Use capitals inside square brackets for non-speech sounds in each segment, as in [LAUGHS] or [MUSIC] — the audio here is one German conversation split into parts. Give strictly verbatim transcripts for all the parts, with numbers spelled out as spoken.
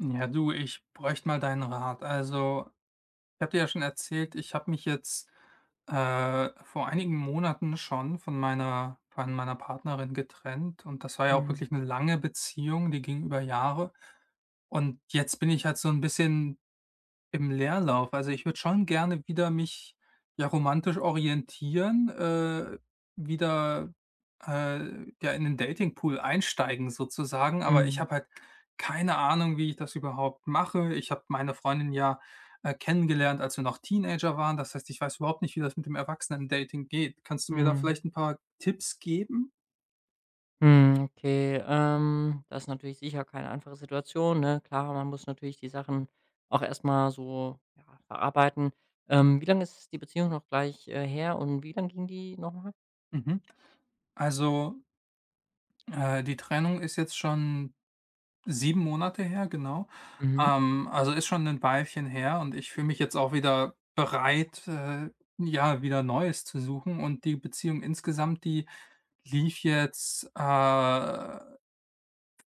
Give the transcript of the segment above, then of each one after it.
Ja, du, ich bräuchte mal deinen Rat. Also, ich habe dir ja schon erzählt, ich habe mich jetzt äh, vor einigen Monaten schon von meiner, von meiner Partnerin getrennt. Und das war ja auch Mhm. wirklich eine lange Beziehung, die ging über Jahre. Und jetzt bin ich halt so ein bisschen im Leerlauf. Also, ich würde schon gerne wieder mich, ja, romantisch orientieren, äh, wieder, äh, ja, in den Dating-Pool einsteigen sozusagen, aber ich Mhm. habe halt keine Ahnung, wie ich das überhaupt mache. Ich habe meine Freundin ja, äh, kennengelernt, als wir noch Teenager waren. Das heißt, ich weiß überhaupt nicht, wie das mit dem Erwachsenen-Dating geht. Kannst du mir da Mhm. vielleicht ein paar Tipps geben? Mhm. Okay, ähm, das ist natürlich sicher keine einfache Situation, ne? Klar, man muss natürlich die Sachen auch erst mal so, ja, verarbeiten. Ähm, wie lange ist die Beziehung noch gleich, äh, her und wie lang ging die nochmal? Mhm. Also, äh, die Trennung ist jetzt schon sieben Monate her, genau. Mhm. Ähm, also ist schon ein Weilchen her und ich fühle mich jetzt auch wieder bereit, äh, ja, wieder Neues zu suchen und die Beziehung insgesamt, die lief jetzt, äh,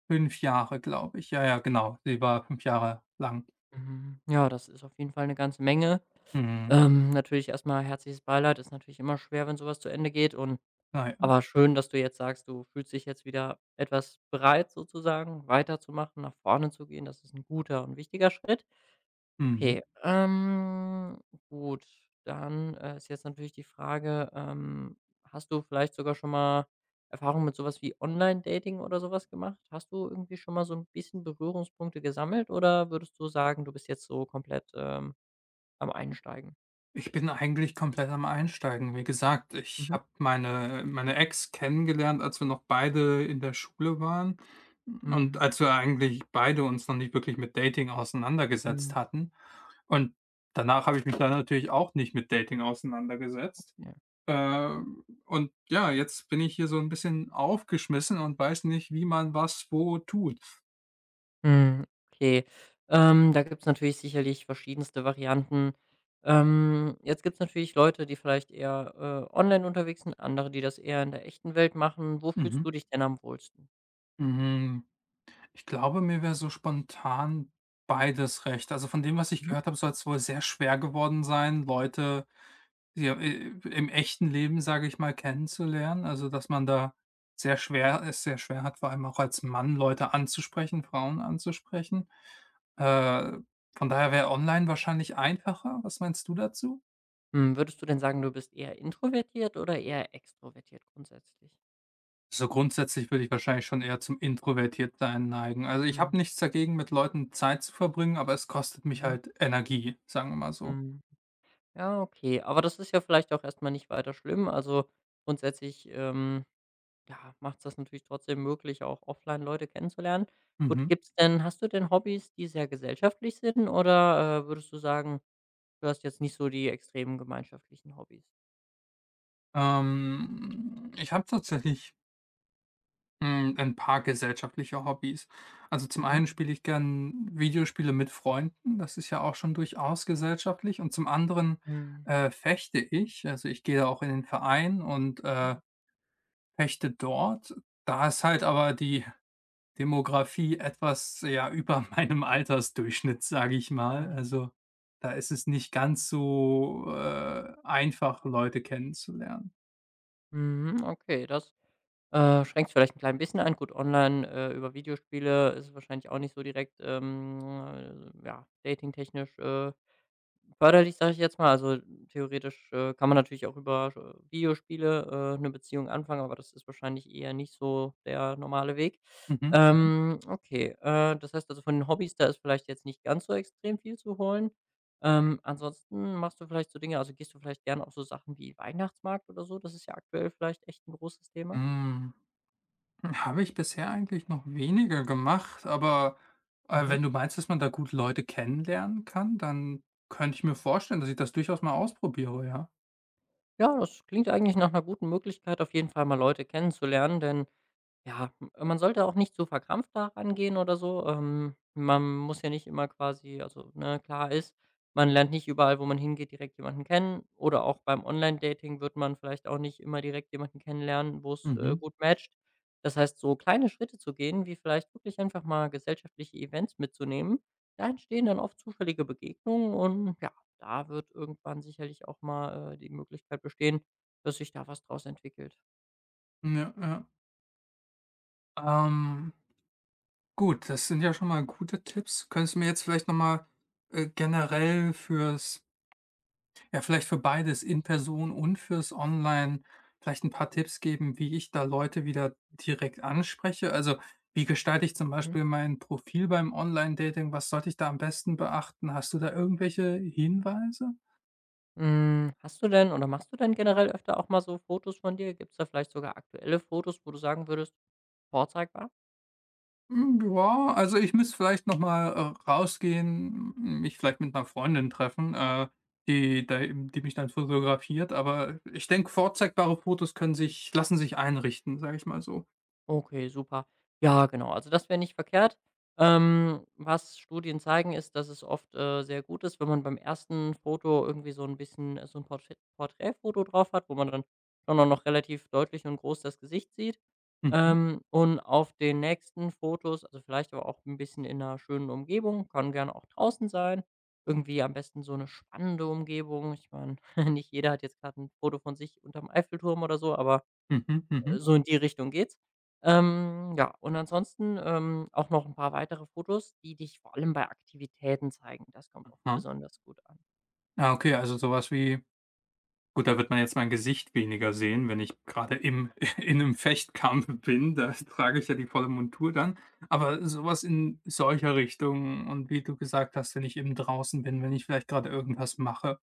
fünf Jahre, glaube ich. Ja, ja, genau. Sie war fünf Jahre lang. Mhm. Ja, das ist auf jeden Fall eine ganze Menge. Mhm. Ähm, natürlich erst mal herzliches Beileid. Ist natürlich immer schwer, wenn sowas zu Ende geht, und Na ja. aber schön, dass du jetzt sagst, du fühlst dich jetzt wieder etwas bereit sozusagen, weiterzumachen, nach vorne zu gehen. Das ist ein guter und wichtiger Schritt. Mhm. Okay, ähm, gut, dann, äh, ist jetzt natürlich die Frage, ähm, hast du vielleicht sogar schon mal Erfahrung mit sowas wie Online-Dating oder sowas gemacht? Hast du irgendwie schon mal so ein bisschen Berührungspunkte gesammelt oder würdest du sagen, du bist jetzt so komplett, ähm, am Einsteigen? Ich bin eigentlich komplett am Einsteigen. Wie gesagt, ich Mhm. habe meine meine Ex kennengelernt, als wir noch beide in der Schule waren und Mhm. als wir eigentlich beide uns noch nicht wirklich mit Dating Mhm. auseinandergesetzt hatten. Und danach habe ich mich dann natürlich auch nicht mit Dating auseinandergesetzt. Ja. Ähm, und ja, jetzt bin ich hier so ein bisschen aufgeschmissen und weiß nicht, wie man was wo tut. Hm, okay. Ähm, da gibt's natürlich sicherlich verschiedenste Varianten. Ähm, jetzt gibt's natürlich Leute, die vielleicht eher, äh, online unterwegs sind, andere, die das eher in der echten Welt machen. Wo Mhm. fühlst du dich denn am wohlsten? Mhm. Ich glaube, mir wäre so spontan beides recht. Also, von dem, was ich Mhm. gehört habe, soll es wohl sehr schwer geworden sein, Leute, ja, äh, im echten Leben, sage ich mal, kennenzulernen. Also, dass man da sehr schwer es sehr schwer hat, vor allem auch als Mann Leute anzusprechen, Frauen anzusprechen. Äh, von daher wäre online wahrscheinlich einfacher. Was meinst du dazu? Hm, würdest du denn sagen, du bist eher introvertiert oder eher extrovertiert grundsätzlich? So grundsätzlich würde ich wahrscheinlich schon eher zum Introvertiertsein neigen. Also, ich Mhm, habe nichts dagegen, mit Leuten Zeit zu verbringen, aber es kostet mich mhm. halt Energie, sagen wir mal so. Mhm. Ja, okay. Aber das ist ja vielleicht auch erstmal nicht weiter schlimm. Also, grundsätzlich, ähm ja, macht's das natürlich trotzdem möglich, auch offline Leute kennenzulernen. Gut, Mhm. gibt's denn hast du denn Hobbys, die sehr gesellschaftlich sind oder, äh, würdest du sagen, du hast jetzt nicht so die extremen gemeinschaftlichen Hobbys? Ähm, ich habe tatsächlich, hm, ein paar gesellschaftliche Hobbys. Also, zum Mhm. einen spiele ich gern Videospiele mit Freunden, das ist ja auch schon durchaus gesellschaftlich und zum anderen, Mhm. äh, fechte ich. Also, ich gehe da auch in den Verein und, äh, fechte dort. Da ist halt aber die Demografie etwas, ja, über [LAUGHS] meinem Altersdurchschnitt, sage ich mal. Ah. Also, da ist es nicht ganz so, äh, einfach, Leute kennenzulernen. Mhm, okay, das, äh, schränkt's vielleicht ein klein bisschen ein. Gut, online, äh, über Videospiele ist es wahrscheinlich auch nicht so direkt, ähm, äh, ja, datingtechnisch, äh förderlich, sage ich jetzt mal. Also, theoretisch, äh, kann man natürlich auch über, äh, Videospiele, äh, 'ne Beziehung anfangen, aber das ist wahrscheinlich eher nicht so der normale Weg. Mhm. Ähm, okay, äh, das heißt also, von den Hobbys, da ist vielleicht jetzt nicht ganz so extrem viel zu holen. Ähm, ansonsten machst du vielleicht so Dinge, also gehst du vielleicht gerne auf so Sachen wie Weihnachtsmarkt oder so? Das ist ja aktuell vielleicht echt ein großes Thema. Hm. Habe ich bisher eigentlich noch weniger gemacht, aber, äh, Mhm. wenn du meinst, dass man da gut Leute kennenlernen kann, dann könnte ich mir vorstellen, dass ich das durchaus mal ausprobiere, ja. Ja, das klingt eigentlich nach einer guten Möglichkeit, auf jeden Fall mal Leute kennenzulernen, denn ja, m man sollte auch nicht zu verkrampft da rangehen oder so. Ähm, man muss ja nicht immer quasi, also, ne, klar ist, man lernt nicht überall, wo man hingeht, direkt jemanden kennen oder auch beim Online-Dating wird man vielleicht auch nicht immer direkt jemanden kennenlernen, wo's, äh, Mhm. gut matcht. Das heißt, so kleine Schritte zu gehen, wie vielleicht wirklich einfach mal gesellschaftliche Events mitzunehmen, da entstehen dann oft zufällige Begegnungen, und ja, da wird irgendwann sicherlich auch mal, äh, die Möglichkeit bestehen, dass sich da was draus entwickelt. Ja, ja. Ähm, gut, das sind ja schon mal gute Tipps. Könntest du mir jetzt vielleicht noch mal, äh, generell fürs ja, vielleicht für beides, in Person und fürs Online, vielleicht ein paar Tipps geben, wie ich da Leute wieder direkt anspreche. Also, wie gestalte ich zum Mhm. Beispiel mein Profil beim Online-Dating? Was sollte ich da am besten beachten? Hast du da irgendwelche Hinweise? Hm, hast du denn oder machst du denn generell öfter auch mal so Fotos von dir? Gibt es da vielleicht sogar aktuelle Fotos, wo du sagen würdest: „Vorzeigbar?“ Hm, ja, also, ich müsste vielleicht noch mal, äh, rausgehen, m mich vielleicht mit einer Freundin treffen, äh, die da die mich dann fotografiert, aber ich denke, vorzeigbare Fotos können sich lassen sich einrichten, sage ich mal so. Okay, super. Ja, genau. Also das wäre nicht verkehrt. Ähm, was Studien zeigen, ist, dass es oft äh, sehr gut ist, wenn man beim ersten Foto irgendwie so ein bisschen äh, so ein Porträt Porträtfoto drauf hat, wo man dann schon auch noch relativ deutlich und groß das Gesicht sieht. Mhm, Ähm, und auf den nächsten Fotos, also vielleicht aber auch ein bisschen in einer schönen Umgebung, kann gerne auch draußen sein. Irgendwie am besten so eine spannende Umgebung. Ich meine, [LAUGHS] nicht jeder hat jetzt gerade ein Foto von sich unterm Eiffelturm oder so, aber mhm, mhm. so in die Richtung geht's. Ähm, ja, und ansonsten, ähm, auch noch ein paar weitere Fotos, die dich vor allem bei Aktivitäten zeigen. Das kommt oft Ja. besonders gut an. Ah, okay, also sowas wie gut, da wird man jetzt mein Gesicht weniger sehen, wenn ich gerade im [LAUGHS] in einem Fechtkampf bin, da [LAUGHS] trage ich ja die volle Montur dann. Aber sowas in solcher Richtung und wie du gesagt hast, wenn ich eben draußen bin, wenn ich vielleicht gerade irgendwas mache.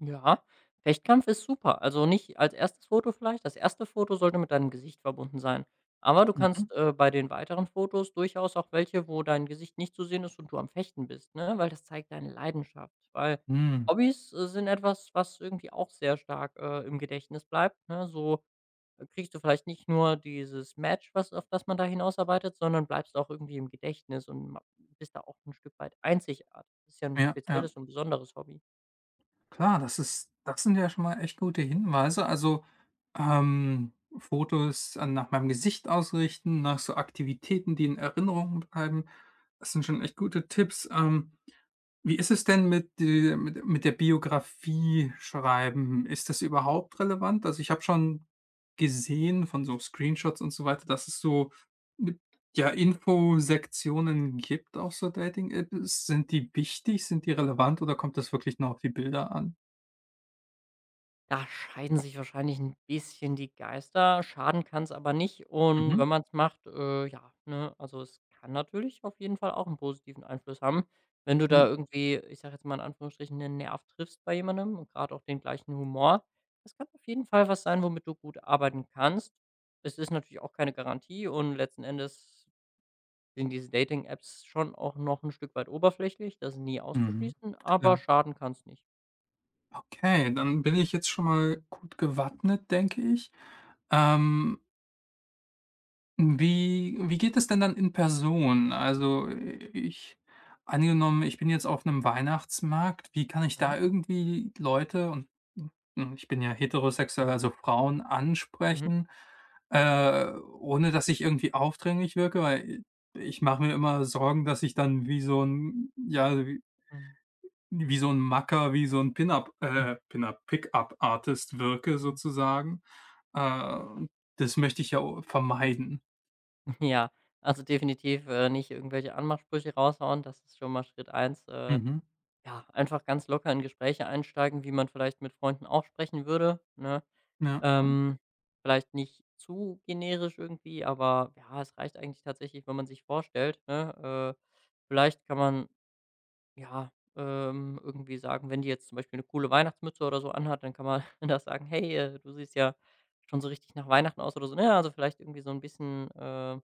Ja, Fechtkampf ist super. Also, nicht als erstes Foto vielleicht. Das erste Foto sollte mit deinem Gesicht verbunden sein. Aber du Mhm. kannst, äh, bei den weiteren Fotos durchaus auch welche, wo dein Gesicht nicht zu sehen ist und du am Fechten bist, ne? Weil das zeigt deine Leidenschaft. Weil Mhm. Hobbys, äh, sind etwas, was irgendwie auch sehr stark, äh, im Gedächtnis bleibt, ne? So Äh, kriegst du vielleicht nicht nur dieses Match, was auf das man da hinausarbeitet, sondern bleibst auch irgendwie im Gedächtnis und ma bist da auch ein Stück weit einzigartig. Das ist ja ein Ja, ja. spezielles und besonderes Hobby. Klar, das ist das sind ja schon mal echt gute Hinweise. Also, ähm, Fotos an nach meinem Gesicht ausrichten, nach so Aktivitäten, die in Erinnerung bleiben. Das sind schon echt gute Tipps. Ähm Wie ist es denn mit, äh mit mit der Biografie schreiben? Ist das überhaupt relevant? Also, ich habe schon gesehen von so Screenshots und so weiter, dass es so mit ja, Infosektionen gibt auf so Dating-Apps. Sind die wichtig? Sind die relevant oder kommt das wirklich nur auf die Bilder an? Da scheiden sich wahrscheinlich ein bisschen die Geister. Schaden kann es aber nicht, und Mhm. wenn man es macht, äh, ja, ne? Also, es kann natürlich auf jeden Fall auch einen positiven Einfluss haben, wenn du da Mhm. irgendwie, ich sage jetzt mal in Anführungsstrichen, einen Nerv triffst bei jemandem und gerade auch den gleichen Humor. Das kann auf jeden Fall was sein, womit du gut arbeiten kannst. Es ist natürlich auch keine Garantie, und letzten Endes sind diese Dating-Apps schon auch noch ein Stück weit oberflächlich. Das ist nie Mhm. auszuschließen, Klar. aber schaden kann es nicht. Okay, dann bin ich jetzt schon mal gut gewappnet, denke ich. Ähm Wie wie geht es denn dann in Person? Also, ich angenommen, ich bin jetzt auf einem Weihnachtsmarkt, wie kann ich Mhm. da irgendwie Leute und hm, ich bin ja heterosexuell, also Frauen Mhm. ansprechen, äh, ohne dass ich irgendwie aufdringlich wirke? Weil ich mache mir immer Sorgen, dass ich dann wie so ein ja, wie wie so ein Macker, wie so ein Pin-up Mhm. äh, Pin-up Pick-up-Artist wirke Hm. sozusagen. Äh, und das möchte ich ja o vermeiden. Ja, also definitiv, äh, nicht irgendwelche Anmachsprüche raushauen. Das ist schon mal Schritt eins. Äh, Mhm. Ja, einfach ganz locker in Gespräche einsteigen, wie man vielleicht mit Freunden auch sprechen würde, ne? Ja. Ähm, Vielleicht nicht zu generisch irgendwie, aber ja, es reicht eigentlich tatsächlich, wenn man sich vorstellt, ne? Äh, vielleicht kann man, ja, ähm, irgendwie sagen, wenn die jetzt zum Beispiel eine coole Weihnachtsmütze oder so anhat, dann kann man [LAUGHS] da sagen: „Hey, äh, du siehst ja schon so richtig nach Weihnachten aus“ oder so, ne? Also vielleicht irgendwie so ein bisschen, ähm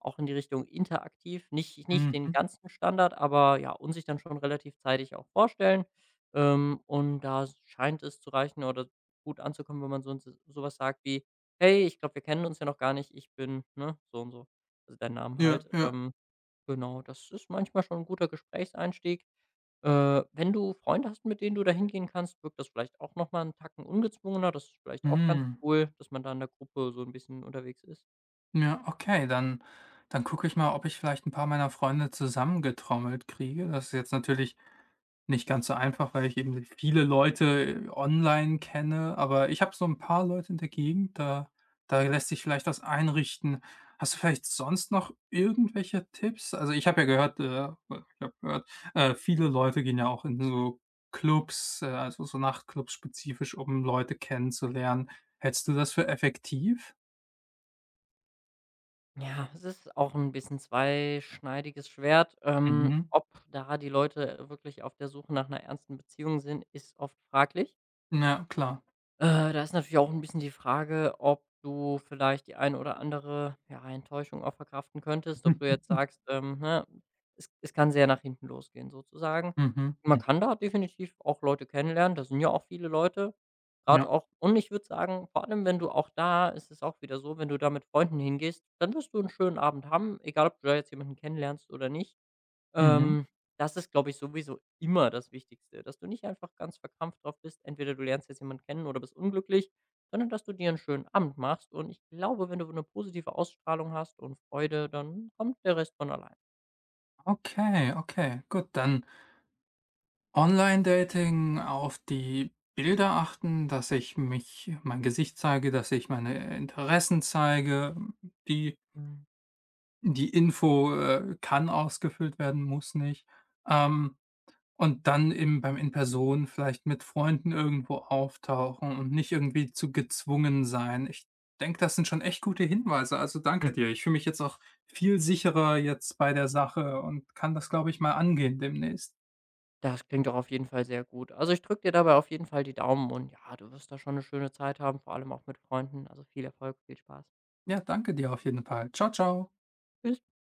auch in die Richtung interaktiv, nicht nicht den Mhm. ganzen Standard, aber ja, und sich dann schon relativ zeitig auch vorstellen. Ähm, und da s scheint es zu reichen oder gut anzukommen, wenn man so 'n so was sagt wie: „Hey, ich glaube, wir kennen uns ja noch gar nicht. Ich bin, ne, so und so.“ Also, deinen Namen Ja, halt. ja. Ähm, genau, das ist manchmal schon ein guter Gesprächseinstieg. Äh, wenn du Freunde hast, mit denen du da hingehen kannst, wirkt das vielleicht auch noch mal 'n Tacken ungezwungener. Das ist vielleicht auch ganz Mhm. cool, dass man da in der Gruppe so ein bisschen unterwegs ist. Ja, okay, dann dann gucke ich mal, ob ich vielleicht ein paar meiner Freunde zusammengetrommelt kriege. Das ist jetzt natürlich nicht ganz so einfach, weil ich eben viele Leute äh, online kenne, aber ich habe so ein paar Leute in der Gegend, da da lässt sich vielleicht was einrichten. Hast du vielleicht sonst noch irgendwelche Tipps? Also, ich habe ja gehört, äh ich habe gehört, äh, viele Leute gehen ja auch in so Clubs, äh, also, so Nachtclubs spezifisch, um Leute kennenzulernen. Hältst du das für effektiv? Ja, es ist auch ein bisschen zweischneidiges Schwert. Ähm, Mhm. Ob da die Leute wirklich auf der Suche nach einer ernsten Beziehung sind, ist oft fraglich. Ja, klar. Äh, da ist natürlich auch ein bisschen die Frage, ob du vielleicht die eine oder andere, ja, Enttäuschung auch verkraften könntest, ob du [LAUGHS] jetzt sagst, ähm, ne, es es kann sehr nach hinten losgehen sozusagen. Mhm. Man Mhm. kann da definitiv auch Leute kennenlernen, da sind ja auch viele Leute, gerade Ja. auch, und ich würde sagen, vor allem, wenn du auch da ist es auch wieder so, wenn du da mit Freunden hingehst, dann wirst du einen schönen Abend haben, egal ob du da jetzt jemanden kennenlernst oder nicht. Mhm. Ähm, Das ist, glaube ich, sowieso immer das Wichtigste, dass du nicht einfach ganz verkrampft drauf bist. Entweder du lernst jetzt jemanden kennen oder bist unglücklich, sondern dass du dir 'n schönen Abend machst. Und ich glaube, wenn du eine positive Ausstrahlung hast und Freude, dann kommt der Rest von allein. Okay, okay, gut, dann Online-Dating auf die Bilder achten, dass ich mich mein Gesicht zeige, dass ich meine Interessen zeige. Die Mhm. die Info, äh, kann ausgefüllt werden, muss nicht. Ähm, und dann eben beim in Person vielleicht mit Freunden irgendwo auftauchen und nicht irgendwie zu gezwungen sein. Ich denke, das sind schon echt gute Hinweise. Also, Hm, danke dir. Ich fühle mich jetzt auch viel sicherer jetzt bei der Sache und kann das, glaube ich, mal angehen demnächst. Das klingt doch auf jeden Fall sehr gut. Also, ich drücke dir dabei auf jeden Fall die Daumen, und ja, du wirst da schon eine schöne Zeit haben, vor allem auch mit Freunden. Also, viel Erfolg, viel Spaß. Ja, danke dir auf jeden Fall. Ciao, ciao. Tschüss.